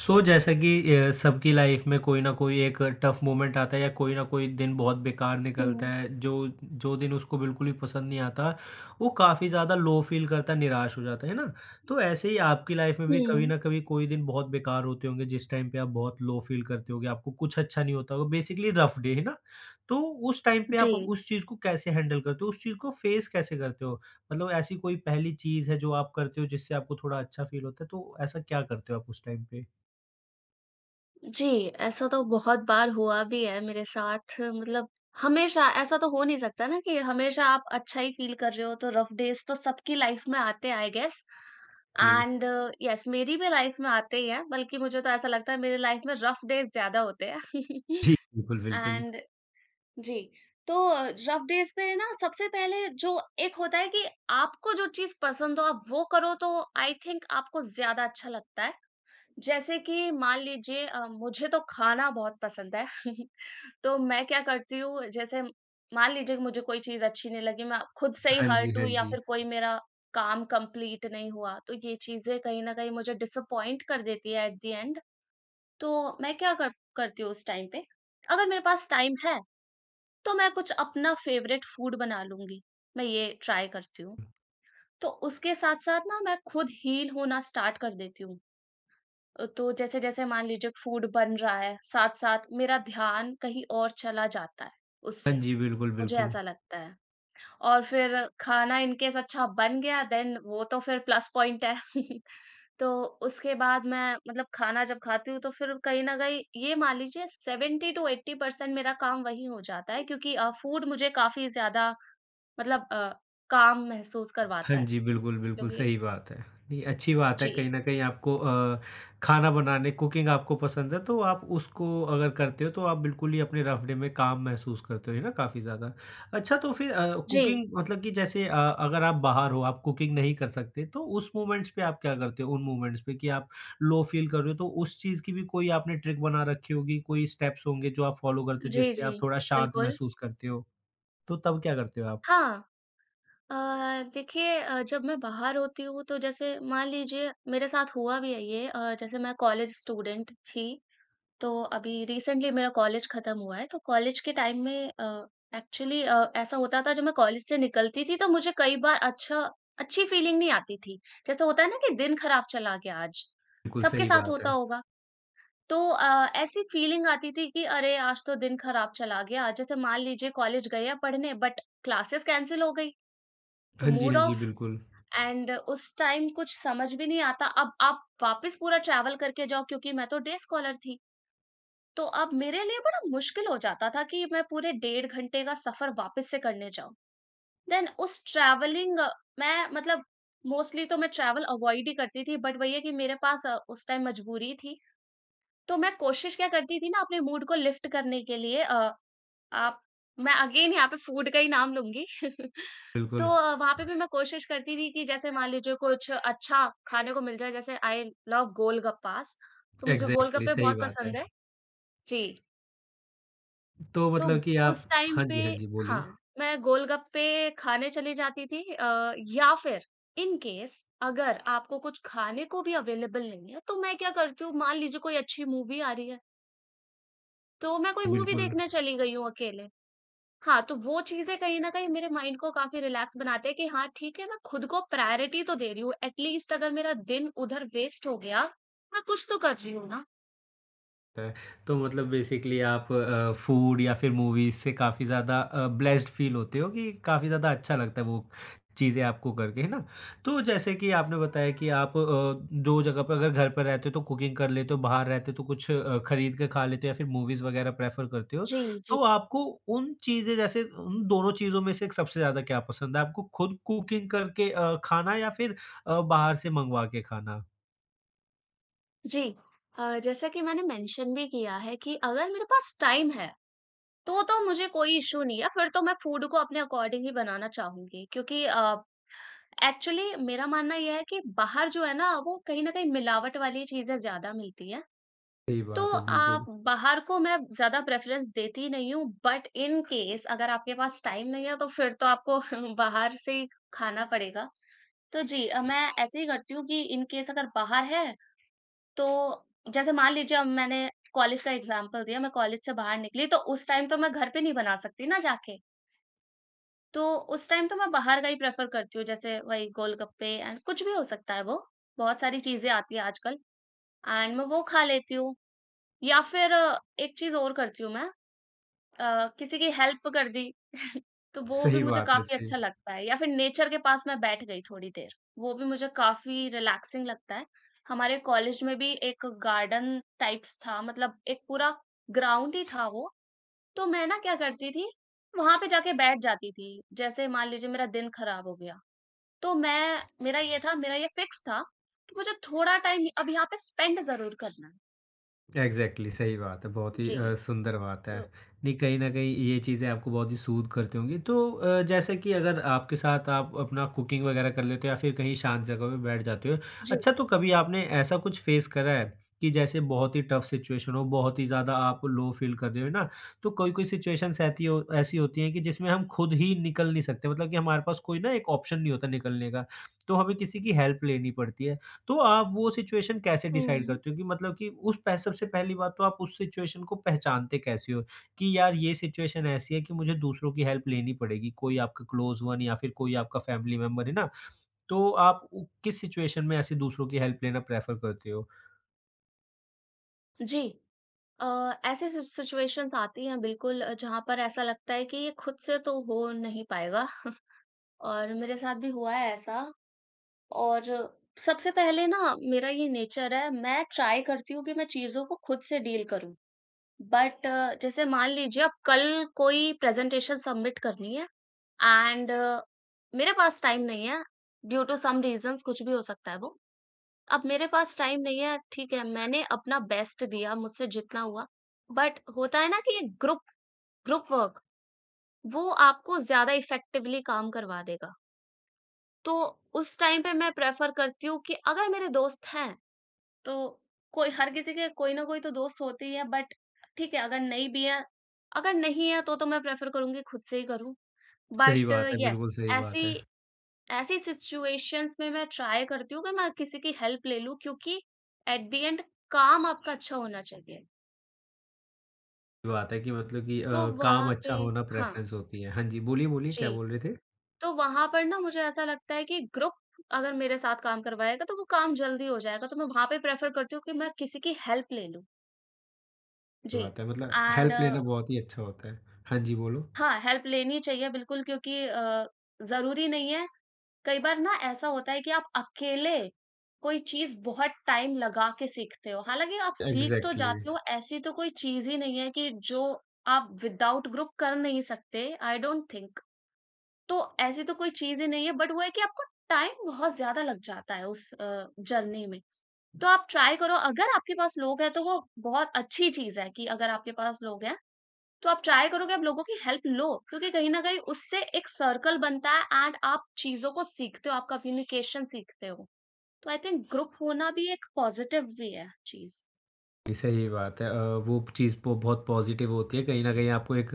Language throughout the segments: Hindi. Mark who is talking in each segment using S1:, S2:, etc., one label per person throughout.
S1: So, जैसा कि सबकी लाइफ में कोई ना कोई एक टफ मोमेंट आता है या कोई ना कोई दिन बहुत बेकार निकलता
S2: हुँ।
S1: है जो जो दिन उसको बिल्कुल भी पसंद नहीं आता वो काफ़ी ज़्यादा लो फील करता है निराश हो जाता है ना। तो ऐसे ही आपकी लाइफ में भी कभी
S2: हुँ।
S1: ना कभी कोई दिन बहुत बेकार होते होंगे जिस टाइम पे आप बहुत लो फील करते होगे आपको कुछ अच्छा नहीं होता होगा, बेसिकली रफ डे, है ना। तो उस टाइम पे
S2: जी।
S1: आप उस चीज़ को कैसे हैंडल करते हो, उस चीज़ को फेस कैसे करते हो। मतलब ऐसी कोई पहली चीज़ है जो आप करते हो जिससे आपको थोड़ा अच्छा फील होता है, तो ऐसा क्या करते हो आप उस टाइम पे।
S2: जी, ऐसा तो बहुत बार हुआ भी है मेरे साथ मतलब हमेशा ऐसा तो हो नहीं सकता ना कि हमेशा आप अच्छा ही फ़ील कर रहे हो, तो रफ़ डेज़ तो सबकी लाइफ़ में आते हैं आई गेस।
S1: जी,
S2: एंड येस मेरी भी लाइफ़ में आते ही हैं, बल्कि मुझे तो ऐसा लगता है मेरी लाइफ़ में रफ़ डेज़ ज़्यादा होते हैं।
S1: बिल्कुल, बिल्कुल।
S2: एंड जी, तो रफ़ डेज़ पे ना सबसे पहले जो एक होता है कि आपको जो चीज़ पसंद हो आप वो करो तो आई थिंक आपको ज़्यादा अच्छा लगता है। जैसे कि मान लीजिए मुझे तो खाना बहुत पसंद है। तो मैं क्या करती हूँ, जैसे मान लीजिए कि मुझे कोई चीज़ अच्छी नहीं लगी, मैं खुद से ही
S1: हाँ जी,
S2: हर्ट
S1: हाँ
S2: हूँ या
S1: जी।
S2: फिर कोई मेरा काम कंप्लीट नहीं हुआ, तो ये चीज़ें कहीं न कहीं मुझे डिसअपॉइंट कर देती है एट द एंड। तो मैं क्या कर करती हूँ उस टाइम पे, अगर मेरे पास टाइम है, तो मैं कुछ अपना फेवरेट फूड बना लूँगी, मैं ये ट्राई करती हूँ। तो उसके साथ-साथ ना मैं खुद हील होना स्टार्ट कर देती हूँ। तो जैसे-जैसे मान लीजिए फूड बन रहा है, साथ-साथ मेरा ध्यान कहीं और चला जाता है
S1: हाँ
S2: उससे,
S1: जी, बिल्कुल,
S2: मुझे
S1: बिल्कुल।
S2: ऐसा लगता है। और फिर खाना इन केस अच्छा बन गया देन वो तो फिर प्लस पॉइंट है। तो उसके बाद मैं मतलब खाना जब खाती हूँ तो फिर कहीं न कहीं ये मान लीजिए 70 टू 80% मेरा काम वहीं हो जाता है क्योंकि फूड मुझे काफ़ी ज़्यादा मतलब काम महसूस
S1: हाँ
S2: करवाता है
S1: जी, बिल्कुल, बिल्कुल,
S2: क्योंकि
S1: सही बात है। नहीं, अच्छी बात है
S2: जी।
S1: कहीं न कहीं आपको खाना बनाने कुकिंग आपको पसंद है तो आप उसको अगर करते हो तो आप बिल्कुल ही अपने रफ़ डे में काम महसूस करते हो, है ना, काफ़ी ज़्यादा। अच्छा तो फिर
S2: जी।
S1: कुकिंग मतलब कि जैसे अगर आप बाहर हो, आप कुकिंग नहीं कर सकते तो उस मोमेंट्स पे आप क्या करते हो? उन मोमेंट्स पे कि आप लो फ़ील कर रहे हो तो उस चीज़ की भी कोई आपने ट्रिक बना रखी होगी, कोई स्टेप्स होंगे जो आप फ़ॉलो करते हो
S2: जी,
S1: जिससे
S2: जी।
S1: आप थोड़ा शांत
S2: बिल्कुल।
S1: महसूस करते हो, तो तब क्या करते हो आप?
S2: हाँ। अ, देखिए, जब मैं बाहर होती हूँ तो जैसे मान लीजिए मेरे साथ हुआ भी है ये, जैसे मैं कॉलेज स्टूडेंट थी तो अभी रिसेंटली मेरा कॉलेज खत्म हुआ है तो कॉलेज के टाइम में एक्चुअली ऐसा होता था जब मैं कॉलेज से निकलती थी तो मुझे कई बार अच्छी फीलिंग नहीं आती थी। जैसे होता है ना कि दिन खराब चला गया आज,
S1: बिल्कुल,
S2: सबके
S1: सही
S2: साथ
S1: बात
S2: होता
S1: है।
S2: होगा। तो ऐसी फीलिंग आती थी कि अरे आज तो दिन खराब चला गया, जैसे मान लीजिए कॉलेज गए हैं पढ़ने बट क्लासेस कैंसिल हो गई तो
S1: हाँ जी,
S2: मूड
S1: हाँ जी,
S2: ऑफ।
S1: बिल्कुल।
S2: एंड उस टाइम कुछ समझ भी नहीं आता। अब आप वापस पूरा ट्रैवल करके जाओ क्योंकि मैं तो डे स्कॉलर थी। तो अब मेरे लिए बड़ा मुश्किल हो जाता था कि मैं पूरे 1.5 घंटे का सफ़र वापस से करने जाऊँ। देन उस ट्रैवलिंग मैं मतलब मोस्टली तो मैं ट्रैवल अवॉइड ही करती थी बट वही है कि मेरे पास उस टाइम मजबूरी थी। तो मैं कोशिश क्या करती थी ना अपने मूड को लिफ्ट करने के लिए, अ आप मैं अगेन यहाँ पे फूड का ही नाम लूँगी। तो
S1: बिल्कुल,
S2: वहाँ पे भी मैं कोशिश करती थी कि जैसे मान लीजिए कुछ अच्छा खाने को मिल जाए, जैसे आई लव गोलगप्पास, तो मुझे
S1: एग्ज़ैक्टली
S2: गोलगप्पे
S1: सही
S2: बहुत
S1: बात है।
S2: पसंद है। जी,
S1: तो
S2: तो
S1: मतलब कि आप।
S2: उस टाइम
S1: हाँ
S2: पे
S1: जी, हाँ जी,
S2: हाँ,
S1: बोलिए।
S2: मैं गोलगप्पे खाने चली जाती थी, या फिर इन केस अगर आपको कुछ खाने को भी अवेलेबल नहीं है, तो मैं क्या करती हूँ, मान लीजिए कोई अच्छी मूवी आ रही है, तो मैं कोई मूवी
S1: बिल्कुल।
S2: देखने चली गई हूँ अकेले। हाँ, तो वो चीज़ें कहीं न कहीं मेरे माइंड को काफ़ी रिलैक्स बनाते हैं कि हाँ, ठीक है, मैं खुद को प्रायोरिटी तो दे रही हूँ। एट लीस्ट अगर मेरा दिन उधर वेस्ट हो गया, मैं कुछ तो कर रही हूँ ना।
S1: है। तो मतलब बेसिकली आप फूड या फिर मूवीज़ से काफ़ी ज़्यादा ब्लेस्ड फ़ील होते हो कि काफ़ी ज़्यादा अच्छा लगता है वो चीज़ें आपको करके, है ना? तो जैसे कि आपने बताया कि आप 2 जगह पे अगर घर पे रहते हो तो कुकिंग कर लेते हो, बाहर रहते हो तो कुछ खरीद के खा लेते हो या फिर मूवीज़ वगैरह प्रेफ़र करते हो।
S2: जी, जी।
S1: तो आपको उन चीज़ें जैसे उन दोनों चीज़ों में से सबसे ज़्यादा क्या पसंद है? आपको खुद कुकिंग करके खाना या फिर बाहर से मंगवा के खाना?
S2: जी। जैसा कि मैंने मेंशन भी किया है कि अगर मेरे पास टाइम है, तो मुझे कोई इश्यू नहीं है, फिर तो मैं फूड को अपने अकॉर्डिंग ही बनाना चाहूँगी क्योंकि एक्चुअली मेरा मानना ये है कि बाहर जो है ना, वो कहीं न कहीं मिलावट वाली चीज़ें ज़्यादा मिलती हैं।
S1: सही
S2: तो
S1: बात है,
S2: आप
S1: बिल्कुल।
S2: बाहर को मैं ज़्यादा प्रेफ़रेंस देती नहीं हूँ, बट इन केस अगर आपके पास टाइम नहीं है, तो फिर तो आपको बाहर से ही खाना पड़ेगा। तो जी मैं ऐसे ही करती हूँ कि इन केस अगर बाहर है, तो जैसे मान लीजिए अब मैंने कॉलेज का एग्ज़ाम्पल दिया, मैं कॉलेज से बाहर निकली, तो उस टाइम तो मैं घर पे नहीं बना सकती ना जाके। तो उस टाइम तो मैं बाहर का ही प्रेफ़र करती हूँ, जैसे वही गोलगप्पे एंड कुछ भी हो सकता है वो, बहुत सारी चीज़ें आती हैं आजकल एंड मैं वो खा लेती हूँ। या फिर एक चीज़ और करती हूँ मैं, किसी की हेल्प कर दी। तो वो भी
S1: सही
S2: मुझे
S1: बात है,
S2: काफ़ी
S1: सही।
S2: अच्छा लगता है या फिर नेचर के पास मैं बैठ गई थोड़ी देर, वो भी मुझे काफ़ी रिलैक्सिंग लगता है। हमारे कॉलेज में भी एक गार्डन टाइप्स था मतलब एक पूरा ग्राउंड ही था वो, तो मैं ना क्या करती थी, वहाँ पे जाके बैठ जाती थी। जैसे मान लीजिए मेरा दिन खराब हो गया, तो मैं मेरा ये फिक्स था कि मुझे थोड़ा टाइम अब यहाँ पे स्पेंड ज़रूर करना है।
S1: एग्जैक्टली exactly, सही बात है, बहुत ही
S2: जी,
S1: सुंदर बात है।
S2: तो
S1: नहीं कहीं ना कहीं ये चीज़ें आपको बहुत ही सूद करती होंगी, तो जैसे कि अगर आपके साथ आप अपना कुकिंग वगैरह कर लेते हो या फिर कहीं शांत जगह पे बैठ जाते हो।
S2: जी।
S1: अच्छा, तो कभी आपने ऐसा कुछ फेस करा है कि जैसे बहुत ही टफ सिचुएशन हो, बहुत ही ज़्यादा आप लो फील कर रहे हो ना, तो कोई कोई सिचुएशंस ऐसी हो, ऐसी होती हैं कि जिसमें हम खुद ही निकल नहीं सकते, मतलब कि हमारे पास कोई ना एक ऑप्शन नहीं होता निकलने का, तो हमें किसी की हेल्प लेनी पड़ती है। तो आप वो सिचुएशन कैसे
S2: हुँ,
S1: डिसाइड
S2: हुँ।
S1: करते हो कि मतलब कि उस पह सबसे पहली बात तो आप उस सिचुएशन को पहचानते कैसे हो कि यार ये सिचुएशन ऐसी है कि मुझे दूसरों की हेल्प लेनी पड़ेगी, कोई आपका क्लोज़ वन या फिर कोई आपका फैमिली मेंबर, है ना? तो आप उ किस सिचुएशन में ऐसे दूसरों की हेल्प लेना प्रेफ़र करते हो?
S2: जी। अ, ऐसे सि सिचुएशंस आती हैं बिल्कुल, जहाँ पर ऐसा लगता है कि ये खुद से तो हो नहीं पाएगा। और मेरे साथ भी हुआ है ऐसा, और सबसे पहले ना मेरा ये नेचर है मैं ट्राई करती हूँ कि मैं चीज़ों को खुद से डील करूँ। बट जैसे मान लीजिए अब कल कोई प्रेज़ेंटेशन सबमिट करनी है एंड मेरे पास टाइम नहीं है ड्यू टू सम रीज़न्स, कुछ भी हो सकता है वो। अब मेरे पास टाइम नहीं है, ठीक है, मैंने अपना बेस्ट दिया, मुझसे जितना हुआ। बट होता है ना कि ग्रुप ग्रुप वर्क, वो आपको ज़्यादा इफ़ेक्टिवली काम करवा देगा। तो उस टाइम पे मैं प्रेफ़र करती हूँ कि अगर मेरे दोस्त हैं, तो कोई हर किसी के कोई ना कोई तो दोस्त होते ही है, बट ठीक है, अगर नहीं भी है, अगर नहीं है, तो मैं प्रेफ़र करूँगी खुद से ही करूँ।
S1: सही
S2: बट
S1: बात है,
S2: येस,
S1: बिल्कुल सही बात है।
S2: ऐसी ऐसी सिचुएशंस में मैं ट्राई करती हूँ कि मैं किसी की हेल्प ले लूँ क्योंकि एट द एंड काम आपका अच्छा होना चाहिए।
S1: सही बात है कि मतलब कि
S2: तो वहाँ
S1: काम
S2: पे
S1: अच्छा होना
S2: हाँ,
S1: प्रेफ़रेंस होती है। हाँ जी, बोलिए, बोलिए
S2: जी।
S1: क्या बोल रहे थे?
S2: तो वहाँ पर ना मुझे ऐसा लगता है कि ग्रुप अगर मेरे साथ काम करवाएगा तो वो काम जल्दी हो जाएगा, तो मैं वहाँ पे प्रेफ़र करती हूँ कि मैं किसी की हेल्प ले लूँ। जी
S1: बात है मतलब
S2: एंड
S1: हेल्प लेना बहुत ही अच्छा होता है। हाँ जी, बोलो।
S2: हाँ, हेल्प लेनी चाहिए बिल्कुल क्योंकि ज़रूरी नहीं है, कई बार ना ऐसा होता है कि आप अकेले कोई चीज बहुत टाइम लगा के सीखते हो, हालांकि आप सीख तो
S1: एग्ज़ैक्टली।
S2: जाते हो, ऐसी तो कोई चीज ही नहीं है कि जो आप विदाउट ग्रुप कर नहीं सकते आई डोंट थिंक। तो ऐसी तो कोई चीज ही नहीं है बट वो है कि आपको टाइम बहुत ज्यादा लग जाता है उस जर्नी में। तो आप ट्राई करो अगर आपके पास लोग हैं तो वो बहुत अच्छी चीज है कि अगर आपके पास लोग हैं तो आप ट्राई करो कि आप लोगों की हेल्प लो क्योंकि कहीं न कहीं उससे एक सर्कल बनता है एंड आप चीज़ों को सीखते हो, आप कम्युनिकेशन सीखते हो। तो आई थिंक ग्रुप होना भी एक पॉज़िटिव भी है चीज़।
S1: जी, सही बात है, वो चीज़ पो बहुत पॉज़िटिव होती है, कहीं न कहीं आपको एक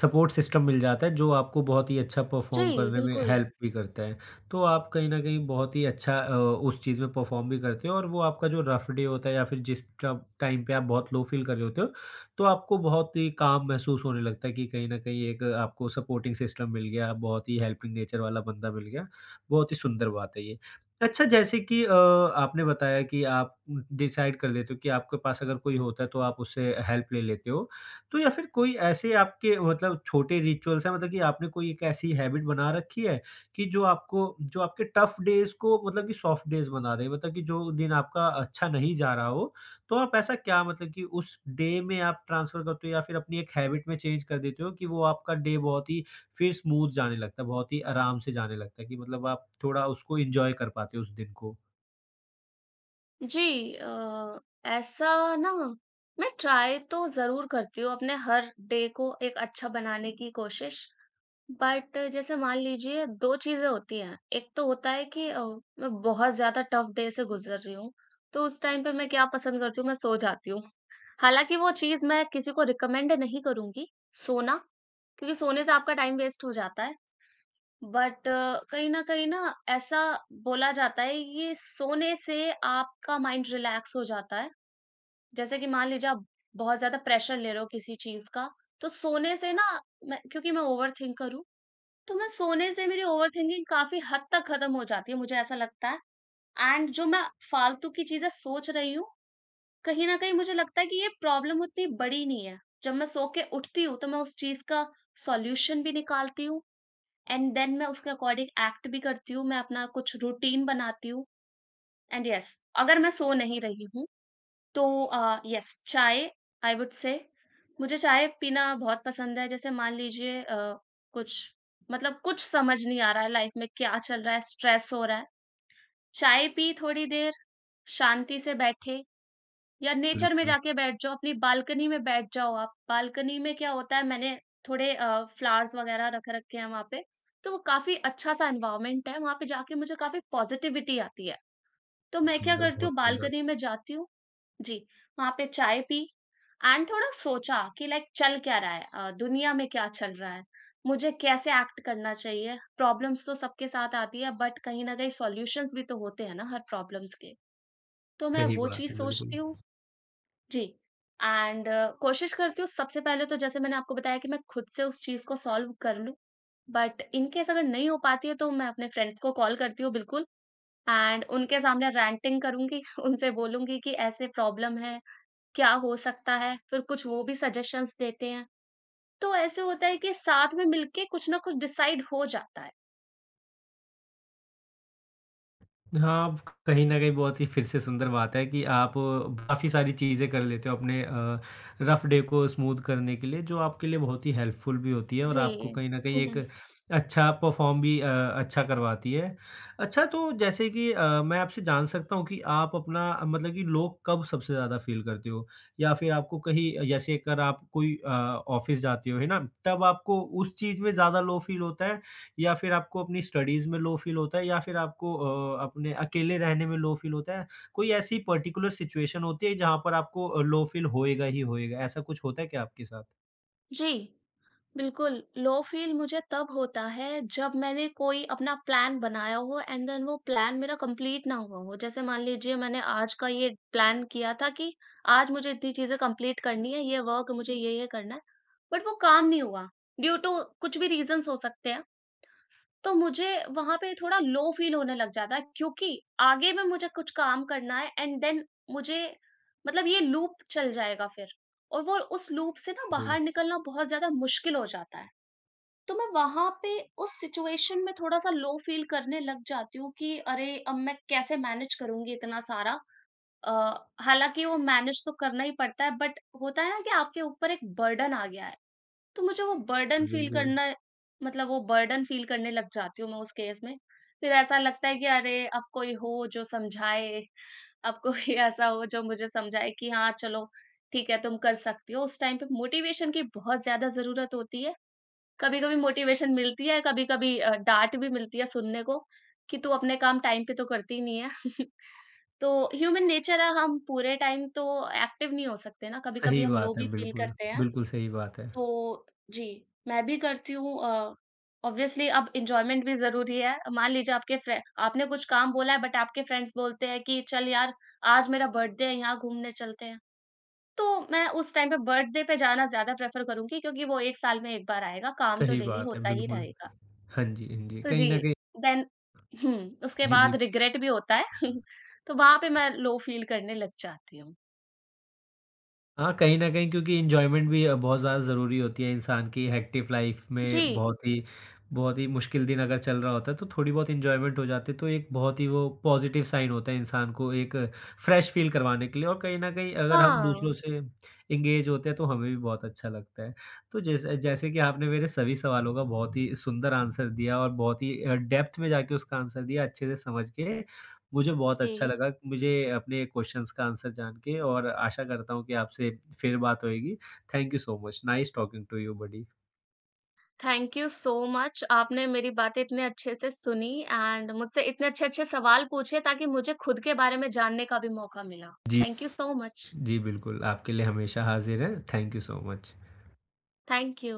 S1: सपोर्ट सिस्टम मिल जाता है जो आपको बहुत ही अच्छा परफ़ॉर्म
S2: जी,
S1: करने में
S2: बिल्कुल।
S1: हेल्प भी करता है। तो आप कहीं न कहीं बहुत ही अच्छा उस चीज़ में परफ़ॉर्म भी करते हो और वो आपका जो रफ़ डे होता है या फिर जिस ट टाइम पे आप बहुत लो फ़ील कर रहे होते हो, तो आपको बहुत ही काम महसूस होने लगता है कि कहीं न कहीं एक आपको सपोर्टिंग सिस्टम मिल गया, बहुत ही हेल्पिंग नेचर वाला बंदा मिल गया। बहुत ही सुंदर बात है ये। अच्छा, जैसे कि आपने बताया कि आप डिसाइड कर लेते हो कि आपके पास अगर कोई होता है तो आप उससे हेल्प ले लेते हो। तो या फिर कोई ऐसे आपके मतलब छोटे रिचुअल्स हैं मतलब कि आपने कोई एक ऐसी हैबिट बना रखी है कि जो आपको जो आपके टफ डेज़ को मतलब कि सॉफ्ट डेज़ बना दे? मतलब कि जो दिन आपका अच्छा नहीं जा रहा हो, तो आप ऐसा क्या मतलब कि उस डे में आप ट्रांसफ़र करते हो या फिर अपनी एक हैबिट में चेंज कर देते हो कि वो आपका डे बहुत ही फिर स्मूथ जाने लगता है, बहुत ही आराम से जाने लगता है, कि मतलब आप थोड़ा उसको एन्जॉय कर पाते हो उस दिन को।
S2: जी, ऐसा ना मैं ट्राई तो ज़रूर करती हूँ अपने हर डे को एक अच्छा बनाने की कोशिश। बट जैसे मान लीजिए 2 चीज़ें होती हैं। एक तो होता है कि मैं बहुत ज़्यादा टफ डे से गुज़र रही हूँ, तो उस टाइम पे मैं क्या पसंद करती हूँ, मैं सो जाती हूँ। हालाँकि वो चीज़ मैं किसी को रिकमेंड नहीं करूँगी, सोना, क्योंकि सोने से आपका टाइम वेस्ट हो जाता है। बट कहीं न कहीं ना ऐसा बोला जाता है, ये सोने से आपका माइंड रिलैक्स हो जाता है। जैसे कि मान लीजिए आप बहुत ज़्यादा प्रेशर ले रहे हो किसी चीज़ का, तो सोने से ना, मैं क्योंकि मैं ओवरथिंक करूँ, तो मैं सोने से मेरी ओवरथिंकिंग काफ़ी हद तक खत्म हो जाती है, मुझे ऐसा लगता है एंड जो मैं फालतू की चीज़ें सोच रही हूँ, कहीं न कहीं मुझे लगता है कि ये प्रॉब्लम उतनी बड़ी नहीं है। जब मैं सो के उठती हूँ, तो मैं उस चीज़ का सॉल्यूशन भी निकालती हूँ एंड देन मैं उसके अकॉर्डिंग एक्ट भी करती हूँ, मैं अपना कुछ रूटीन बनाती हूँ एंड येस अगर मैं सो नहीं रही हूँ तो यस चाय, आई वुड से, मुझे चाय पीना बहुत पसंद है। जैसे मान लीजिए कुछ मतलब कुछ समझ नहीं आ रहा है लाइफ में क्या चल रहा है, स्ट्रेस हो रहा है। चाय पी थोड़ी देर, शांति से बैठे या नेचर में
S1: बिल्कुल,
S2: जाके बैठ जाओ, अपनी बालकनी में बैठ जाओ आप। बालकनी में क्या होता है, मैंने थोड़े फ्लावर्स वगैरह रख रखे हैं वहाँ पे, तो वो काफ़ी अच्छा-सा एनवायरनमेंट है, वहाँ पे जाके मुझे काफ़ी पॉजिटिविटी आती है। तो
S1: बहुत
S2: मैं क्या
S1: सुंदर,
S2: करती हूँ
S1: बहुत सुंदर।
S2: बालकनी में जाती हूँ, जी, वहाँ पे चाय पी एंड थोड़ा सोचा कि लाइक चल क्या रहा है, दुनिया में क्या चल रहा है? मुझे कैसे एक्ट करना चाहिए? प्रॉब्लम्स तो सबके साथ आती है बट कहीं न कहीं सॉल्यूशंस भी तो होते हैं ना हर प्रॉब्लम्स के। तो मैं
S1: सही
S2: वो
S1: बात
S2: चीज़
S1: है,
S2: सोचती
S1: बिल्कुल।
S2: हूँ। जी एंड कोशिश करती हूँ, सबसे पहले तो जैसे मैंने आपको बताया कि मैं खुद से उस चीज़ को सॉल्व कर लूँ। बट इन केस अगर नहीं हो पाती है तो मैं अपने फ्रेंड्स को कॉल करती हूँ बिल्कुल एंड उनके सामने रैंटिंग करूँगी, उनसे बोलूँगी कि ऐसे प्रॉब्लम है क्या हो सकता है? फिर कुछ वो भी सजेशंस देते हैं। तो ऐसे होता है कि साथ में मिलके कुछ ना कुछ डिसाइड हो जाता है।
S1: हाँ, अब कहीं न कहीं बहुत ही फिर से सुंदर बात है कि आप काफ़ी सारी चीज़ें कर लेते हो अपने रफ़ डे को स्मूथ करने के लिए, जो आपके लिए बहुत ही हेल्पफुल भी होती है और आपको
S2: जी।
S1: कहीं न कहीं
S2: हुँ, हुँ।
S1: एक अच्छा परफ़ॉर्म भी अच्छा करवाती है। अच्छा तो जैसे कि मैं आपसे जान सकता हूँ कि आप अपना मतलब कि लोग कब सबसे ज़्यादा फ़ील करते हो? या फिर आपको कहीं जैसे अगर आप कोई ऑफ़िस जाते हो, है ना? तब आपको उस चीज़ में ज़्यादा लो फ़ील होता है? या फिर आपको अपनी स्टडीज़ में लो फ़ील होता है या फिर आपको अपने अकेले रहने में लो फ़ील होता है? कोई ऐसी पर्टिकुलर सिचुएशन होती है जहाँ पर आपको लो फ़ील होएगा ही होएगा, ऐसा कुछ होता है क्या आपके साथ?
S2: जी, बिल्कुल, लो फ़ील मुझे तब होता है जब मैंने कोई अपना प्लान बनाया हो एंड देन वो प्लान मेरा कंप्लीट ना हुआ हो। जैसे मान लीजिए मैंने आज का ये प्लान किया था कि आज मुझे इतनी चीज़ें कंप्लीट करनी है, ये वर्क मुझे ये-ये करना है, बट वो काम नहीं हुआ ड्यू टू कुछ भी रीज़न्स हो सकते हैं। तो मुझे वहाँ पे थोड़ा लो फील होने लग जाता है क्योंकि आगे में मुझे कुछ काम करना है एंड देन मुझे मतलब ये लूप चल जाएगा फिर, और वो उस लूप से ना बाहर
S1: बिल्कुल,
S2: निकलना बहुत ज्यादा मुश्किल हो जाता है। तो मैं वहां पे उस सिचुएशन में थोड़ा सा लो फील करने लग जाती हूँ कि अरे अब मैं कैसे मैनेज करूंगी इतना सारा, अ, हालांकि वो मैनेज तो करना ही पड़ता है बट होता है ना कि आपके ऊपर एक बर्डन आ गया है तो मुझे वो बर्डन फ़ील
S1: बिल्कुल।
S2: करना मतलब वो बर्डन फ़ील करने लग जाती हूँ मैं उस केस में। फिर ऐसा लगता है कि अरे! अब कोई हो जो समझाए, अब कोई ऐसा हो जो मुझे समझाए कि हाँ, चलो ठीक है तुम कर सकती हो। उस टाइम पे मोटिवेशन की बहुत ज़्यादा ज़रूरत होती है। कभी-कभी मोटिवेशन मिलती है, कभी-कभी डाँट भी मिलती है सुनने को कि तू अपने काम टाइम पे तो करती नहीं है। तो ह्यूमन नेचर है, हम पूरे टाइम तो एक्टिव नहीं हो सकते ना, कभी-कभी
S1: सही
S2: हम
S1: बात
S2: लो
S1: है,
S2: भी फ़ील
S1: बिल्कुल।
S2: करते हैं।
S1: बिल्कुल सही बात है।
S2: तो जी, मैं भी करती हूँ ऑब्वियसली अब एन्जॉयमेंट भी ज़रूरी है। मान लीजिए आपके फ्रे आपने कुछ काम बोला है बट आपके फ्रेंड्स बोलते हैं कि चल यार आज मेरा बर्थडे है यहाँ घूमने चलते हैं। तो मैं उस टाइम पे बर्थडे पे जाना ज़्यादा प्रेफ़र करूँगी क्योंकि वो 1 साल में 1 बार आएगा, काम तो
S1: सही
S2: डेली
S1: बात है,
S2: होता ही
S1: बिल्कुल।
S2: रहेगा।
S1: हाँ जी, हाँ जी।
S2: तो जी,
S1: कहीं न कहीं।
S2: देन हुँ, उसके
S1: जी,
S2: बाद
S1: जी।
S2: रिग्रेट भी होता है। तो वहाँ पे मैं लो फ़ील करने लग जाती हूँ।
S1: हाँ, कहीं न कहीं क्योंकि एन्जॉयमेंट भी बहुत ज़्यादा ज़रूरी होती है इंसान की हेक्टिक लाइफ़ में,
S2: जी,
S1: बहुत ही मुश्किल दिन अगर चल रहा होता है, तो थोड़ी बहुत एन्जॉयमेंट हो जाती है, तो एक बहुत ही वो पॉज़िटिव साइन होता है इंसान को एक फ्रेश फ़ील करवाने के लिए, और कहीं न कहीं अगर हम
S2: हाँ,
S1: दूसरों से एंगेज होते हैं, तो हमें भी बहुत अच्छा लगता है। तो जैसे जैसे कि आपने मेरे सभी सवालों का बहुत ही सुंदर आंसर दिया और बहुत ही डेप्थ में जाके उसका आंसर दिया अच्छे से समझ के, मुझे बहुत
S2: जी।
S1: अच्छा लगा, मुझे अपने क्वेश्चंस का आंसर जान के, और आशा करता हूँ कि आपसे फिर बात होएगी। Thank you so much, nice talking to you buddy.
S2: Thank you so much. आपने मेरी बातें इतने अच्छे से सुनी एंड मुझसे इतने अच्छे-अच्छे सवाल पूछे ताकि मुझे खुद के बारे में जानने का भी मौका मिला।
S1: जी,
S2: थैंक यू सो मच।
S1: जी बिल्कुल, आपके लिए हमेशा हाज़िर हैं। Thank you so much.
S2: Thank you.